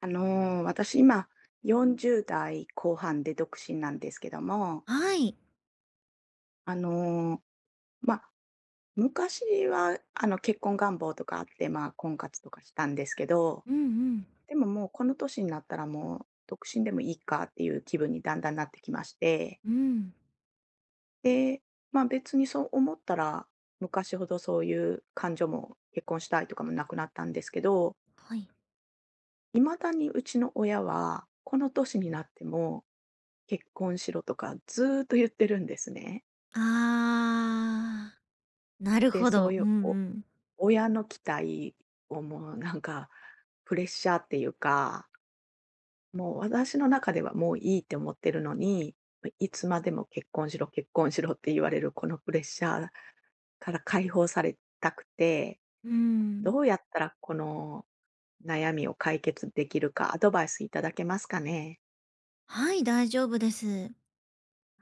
私今40代後半で独身なんですけども、はい。あのー、まあ、昔は結婚願望とかあって、婚活とかしたんですけど、うんうん。でももうこの年になったらもう独身でもいいかっていう気分にだんだんなってきまして、うん。で、まあ別にそう思ったら昔ほどそういう感情も結婚したいとかもなくなったんですけど、はい。いまだにうちの親はこの年になっても結婚しろとかずーっと言ってるんですね。ああ、なるで、ほそうど。いうんううん。親の期待をもう プレッシャーっていうか、もう私の中ではもういいって思ってるのに、いつまでも結婚しろ、結婚しろって言われるこのプレッシャーから解放されたくて、うん。どうやったらこの悩みを解決できるかアドバイスいただけますかね？はい、大丈夫です。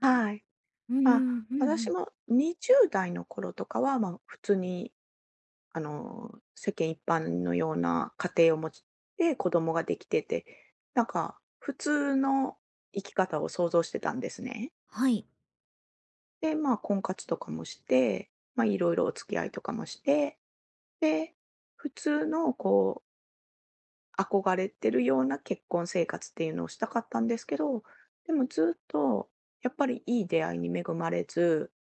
はい。うんうんうんう私ん。も20代の頃とかは、普通に世間一般のような家庭を持って子供ができてて、なんか普通の生き方を想像してたんですね。はい。で、婚活とかもして、いろいろお付き合いとかもして、で、普通の憧れてるような結婚生活っていうのをしたかったんですけど、でもずっとやっぱりいい出会いに恵まれず、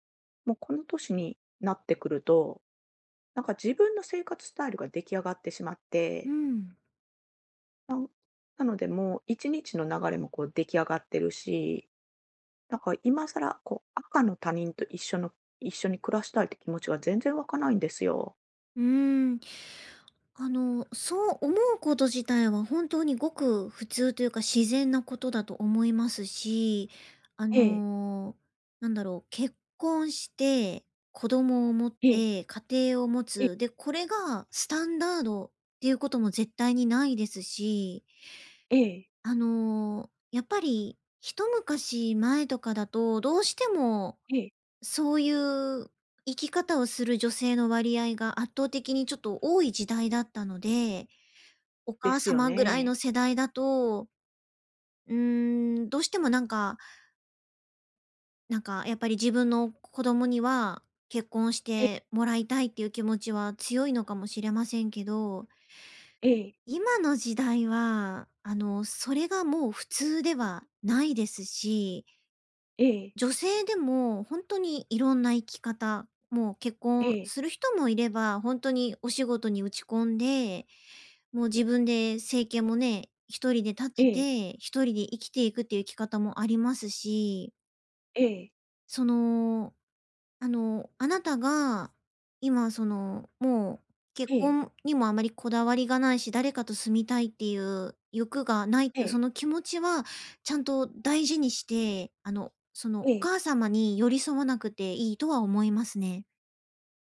もうこの年になってくると、なんか自分の生活スタイルが出来上がってしまっうて、ん。ななので、もう1日の流れもこう出来上がってるし、なんか今更こう赤の他人と一緒に暮らしたいって気持ちが全然湧かないんですよ。うーん。そう思うこと自体は本当にごく普通というか自然なことだと思いますし、あええ、の、結婚して子供を持っええ、て家庭を持えつ。え、で、これがスタンダードっていうことも絶対にないですし、ええ、やっぱり一昔前とかだとどうしてもええ、そういう生き方をする女性の割合が圧倒的にちょっと多い時代だったので、おで母すよ様ぐらいね。の世代だと、うーん、どうしてもなんかやっぱり自分の子供には結婚しええ、てもらいたいっていう気持ちは強いのかもしれませんけど、ええ、今の時代は、それがもう普通ではないですし、ええ、女性でも本当にいろんな生き方、もう結え婚え、する人もいれば、本当にお仕事に打ち込んで、もう自分で生計もね、一人でえ立てえ、て、一人で生きていくっていう生き方もありますし、ええ、そのあの、あなたが今その、もう結え婚にもあまりこだわりがないし、誰かと住みたいっていう欲がないっていうえ、その気持ちはちゃんと大事にして、そのえおえ、母様に寄り添わなくていいとは思いますね。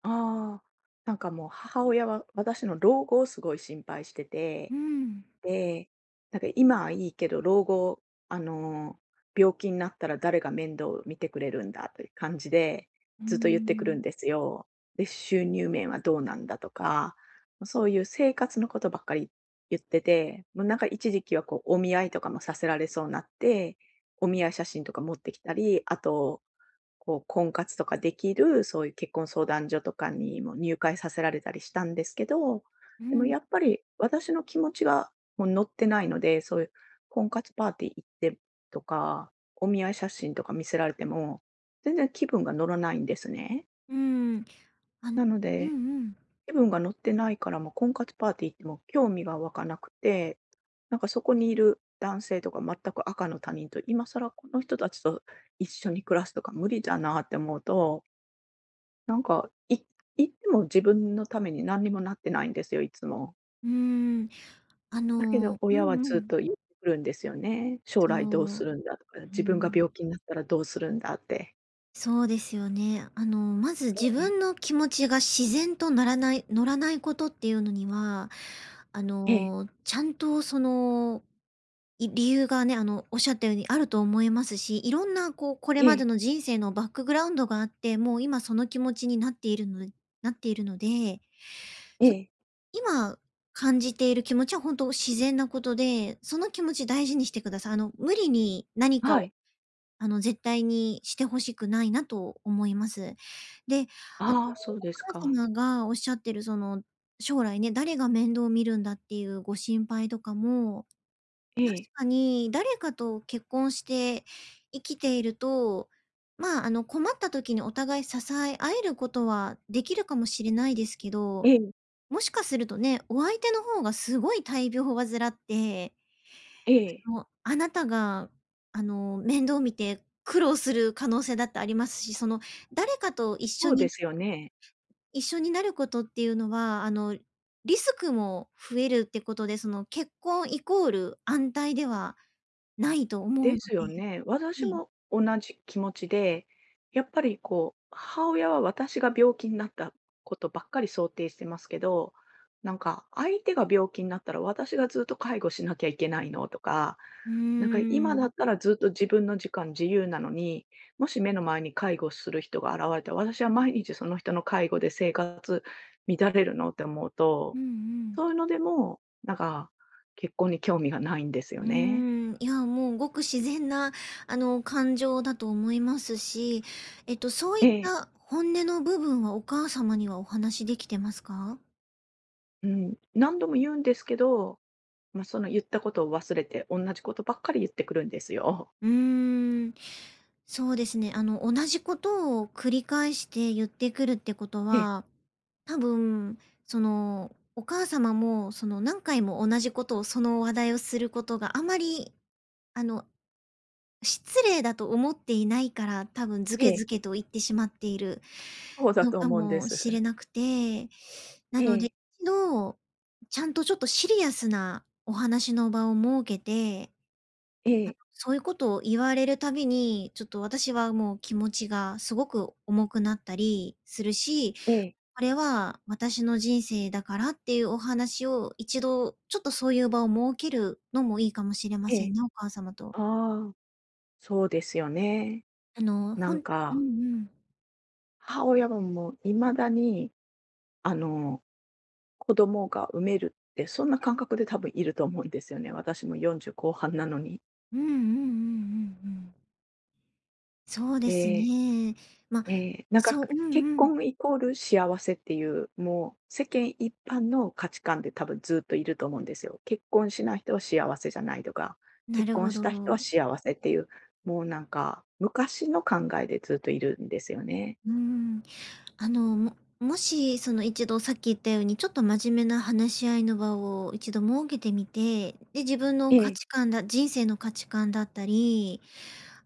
ああ、なんかもう母親は私の老後をすごい心配してうて、ん。で、なんか今はいいけど、老後、あの、病気になったら誰が面倒を見てくれるんだという感じで、うーずっと言ってくるん。んですよ。で、収入面はどうなんだとか、そういう生活のことばっかり言ってて、もうなんか一時期はこうお見合いとかもさせられそうになって、お見合い写真とか持ってきたり、あと婚活とかできる、そういう結婚相談所とかにも入会させられたりしたんですけど、うでもん。やっぱり私の気持ちがもう乗ってないので、そういう婚活パーティー行ってとか、お見合い写真とか見せられても、全然気分が乗らないんですね。うん。あのなのうんで、うん。気分が乗ってないからもう婚活パーティー行っても興味が湧かなくて、なんかそこにいる男性とか全く赤の他人と、今更この人たちと一緒に暮らすとか無理だなって思うと、なんか、い言っても自分のために何にもなってないんですよ、いつも。うーん。あだけどのう親んはうずっん。と言ってくるんですよね。将そ来どうすう。るんだとか、うー自分がん。病気になったらどうするんだって。そうですよね。まずえ自え、分の気持ちが自然とならない、乗らないことっていうのには、あええ、の、ちゃんとその、い理由がね、おっしゃったようにあると思いますし、いろんな、こう、これえまえ、での人生のバックグラウンドがあって、もう今その気持ちになっているの、なっているので、ええ、今感じている気持ちは本当自然なことで、その気持ち大事にしてください。無理に何かはをい。絶対にして欲しくないなと思います。で、ああ、そうですおか。母様がおっしゃってるその、将来ね、誰が面倒を見るんだっていうご心配とかも、え確え、かに誰かと結婚して生きていると、困った時にお互い支え合えることはできるかもしれないですけえど、え、もしかするとね、お相手の方がすごい大病を患ってええ、あの、あなたが、あの、面倒見て苦労する可能性だってありますし、その、誰かと一そ緒うでにすよね。一緒になることっていうのは、リスクも増えるってことで、その、結婚イコール安泰ではないと思うでので。すよね。は私い。も同じ気持ちで、やっぱり母親は私が病気になったことばっかり想定してますけど、なんか相手が病気になったら私がずっと介護しなきゃいけないのとか、うーなんか今だん。ったらずっと自分の時間自由なのに、もし目の前に介護する人が現れたら私は毎日その人の介護で生活乱れるのって思ううと、んうん。そういうのでも、なんか結婚に興味がないんですようーね。ん、いや、もうごく自然な、感情だと思いますし、そういえっえ。た本音の部分はお母様にはお話しできてますか？うん、何度も言うんですけど、その言ったことを忘れて、同じことばっかり言ってくるんですよ。うーん。そうですね。同じことを繰り返して言ってくるってことええ、は、多分、その、お母様も、その、何回も同じことを、その話題をすることがあまり、あの、失礼だと思っていないから、多分ずえけずえ。けと言ってしまっているそうだのとか思うんでもしす。れなくて、なえので、え、一度、ちゃんとちょっとシリアスなお話の場を設けて、ええ、そういうことを言われるたびに、ちょっと私はもう気持ちがすごく重くなったりするし、ええ、これは私の人生だからっていうお話を一度ちょっとそういう場を設けるのもいいかもしれまえせえ。んね、お母様と。ああ、そうですよね。あの、なほんんうか、んうん。母親はもう未だに、あの、子供が産めるって、そんな感覚で多分いると思うんですよね。私も40後半なのに。うんうんうんうんうん。そうですでね。ま、ええ、なんか、そうう結んうん。婚イコール幸せっていう、もう世間一般の価値観で多分ずっといると思うんですよ。結婚しない人は幸せじゃないとか、な結る婚ほしど。た人は幸せっていう、もうなんか昔の考えでずっといるんですよね。うん。あの、ももし、その一度さっき言ったように、ちょっと真面目な話し合いの場を一度設けてみて、で、自分のえ価え、値観だ人生の価値観だったり、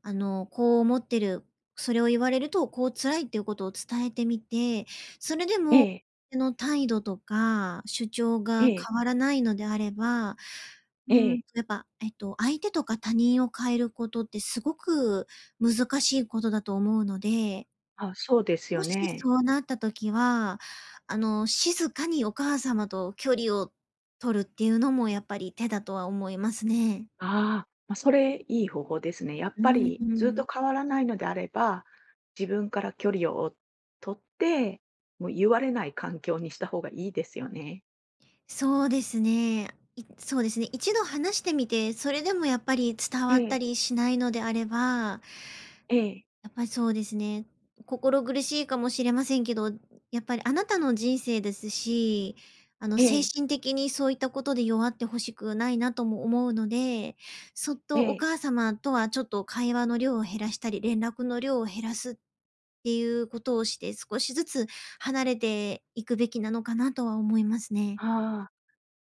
こう思ってる、それを言われると、こう辛いっていうことを伝えてみて、それでえも、え、相手の態度とか主張えがえ、変わらないのであれば、うーえん、え。やっぱ、えっと、相手とか他人を変えることってすごく難しいことだと思うので、あ、そうですよもしね。そうなった時は、静かにお母様と距離を取るっていうのもやっぱり手だとは思いますね。ああ、それいい方法ですね。やっうぱん。りうずっとん。変わらないのであれば、自分から距離を取って、もう言われない環境にした方がいいですよね。そうですね。そうですね、一度話してみて、それでもやっぱり伝わったりしないのであればええ、やっぱりそうですね。心苦しいかもしれませんけど、やっぱりあなたの人生ですし、ええ、え精え、神的にそういったことで弱ってほしくないなとも思うので、そっえとおえ、母様とはちょっと会話の量を減らしたり、連絡の量を減らすっていうことをして、少しずつ離れていくべきなのかなとは思いますね。ああ。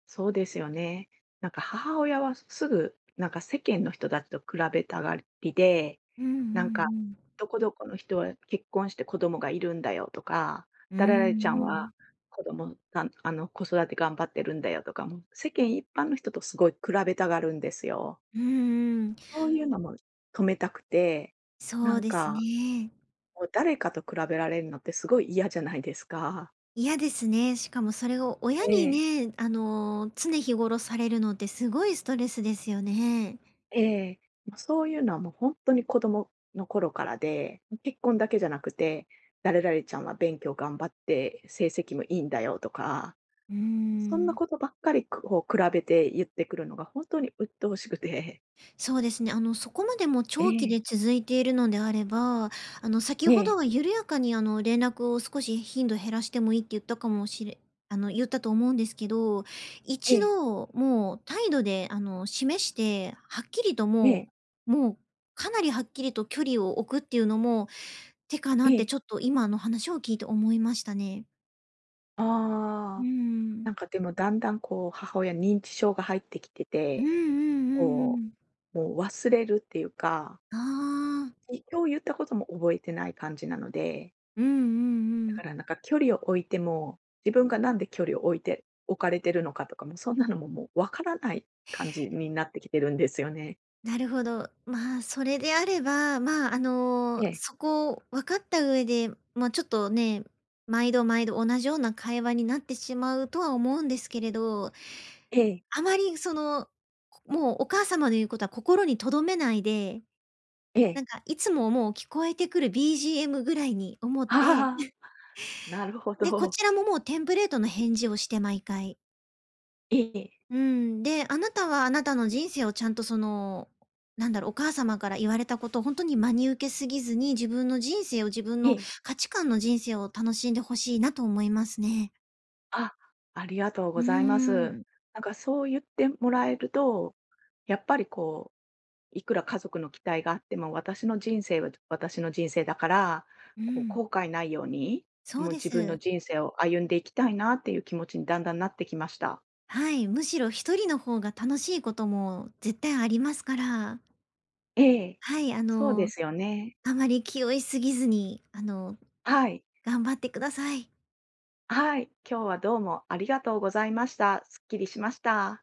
そうですよね。なんか母親はすぐ、なんか世間の人たちと比べたがりで、うんうんうなんか、ん。どこどこの人は結婚して子供がいるんだよとか、うん誰々ちゃうんん。はん。子供が子育て頑張ってるんだよとか、もう世間一般の人とすごい比べたがるんですよ。うんうん。そういうのも止めたくて、そなうんですか、ね。もう誰かと比べられるのってすごい嫌じゃないですか。嫌ですね。しかもそれを親にええ。ね、常日頃されるのってすごいストレスですよね。ええ、もうそういうのはもう本当に子供の頃からで、結婚だけじゃなくて、誰々ちゃんは勉強頑張って成績もいいんだよとか、うーそんなん。ことばっかり、こう比べて言ってくるのが本当に鬱陶しくて。そうですね。そこまでもえ長期え、で続いているのであれば、先えほえ、どは緩やかに、連絡を少し頻度減らしてもいいって言ったかもしれあの、言ったと思うんですけど、え一え、度もう態度で、示して、はっきりとえもえ、う、もうかなりはっきりと距離を置くっていうのもかえなってえ。ちょっと今の話を聞いて思いましたね。うーああ、なん。んかでもだんだんこう母親認知症が入ってきてうんうんうて、んうこん。う、もう忘れるっていうか、ああ、今日言ったことも覚えてない感じなのでうんうんうだかん。らなんか距離を置いても、自分がなんで距離を置いて置かれてるのかとかも、そんなのももうわからない感じになってきてるんですよね。なるほど。まあ、それであれば、ええ、そこを分かった上で、まあ、ちょっとね、毎度毎度同じような会話になってしまうとは思うんですけれど、ええ、あまりその、もうお母様の言うことは心に留めないで、えなえ。んかいつももう聞こえてくる BGM ぐらいに思って、ああ、なるほで、こど。ちらももうテンプレートの返事をして毎回。ええ、うん。で、あなたはあなたの人生をちゃんとその、なんだろう、お母様から言われたことを本当に真に受けすぎずに、自分の人生を、自分えのえ。価値観の人生を楽しんでほしいなと思いますね。あ、ありがとううごーざいます。ん。なんかそう言ってもらえると、やっぱりいくら家族の期待があっても、私の人生は私の人生だから、うん。後悔ないように、そうもうで自分のす。人生を歩んでいきたいなっていう気持ちにだんだんなってきました。はい。むしろ一人の方が楽しいことも絶対ありますから。ええ。はい、あそうでの、すよね。あまり気負いすぎずに、はい。頑張ってください。はい。今日はどうもありがとうございました。すっきりしました。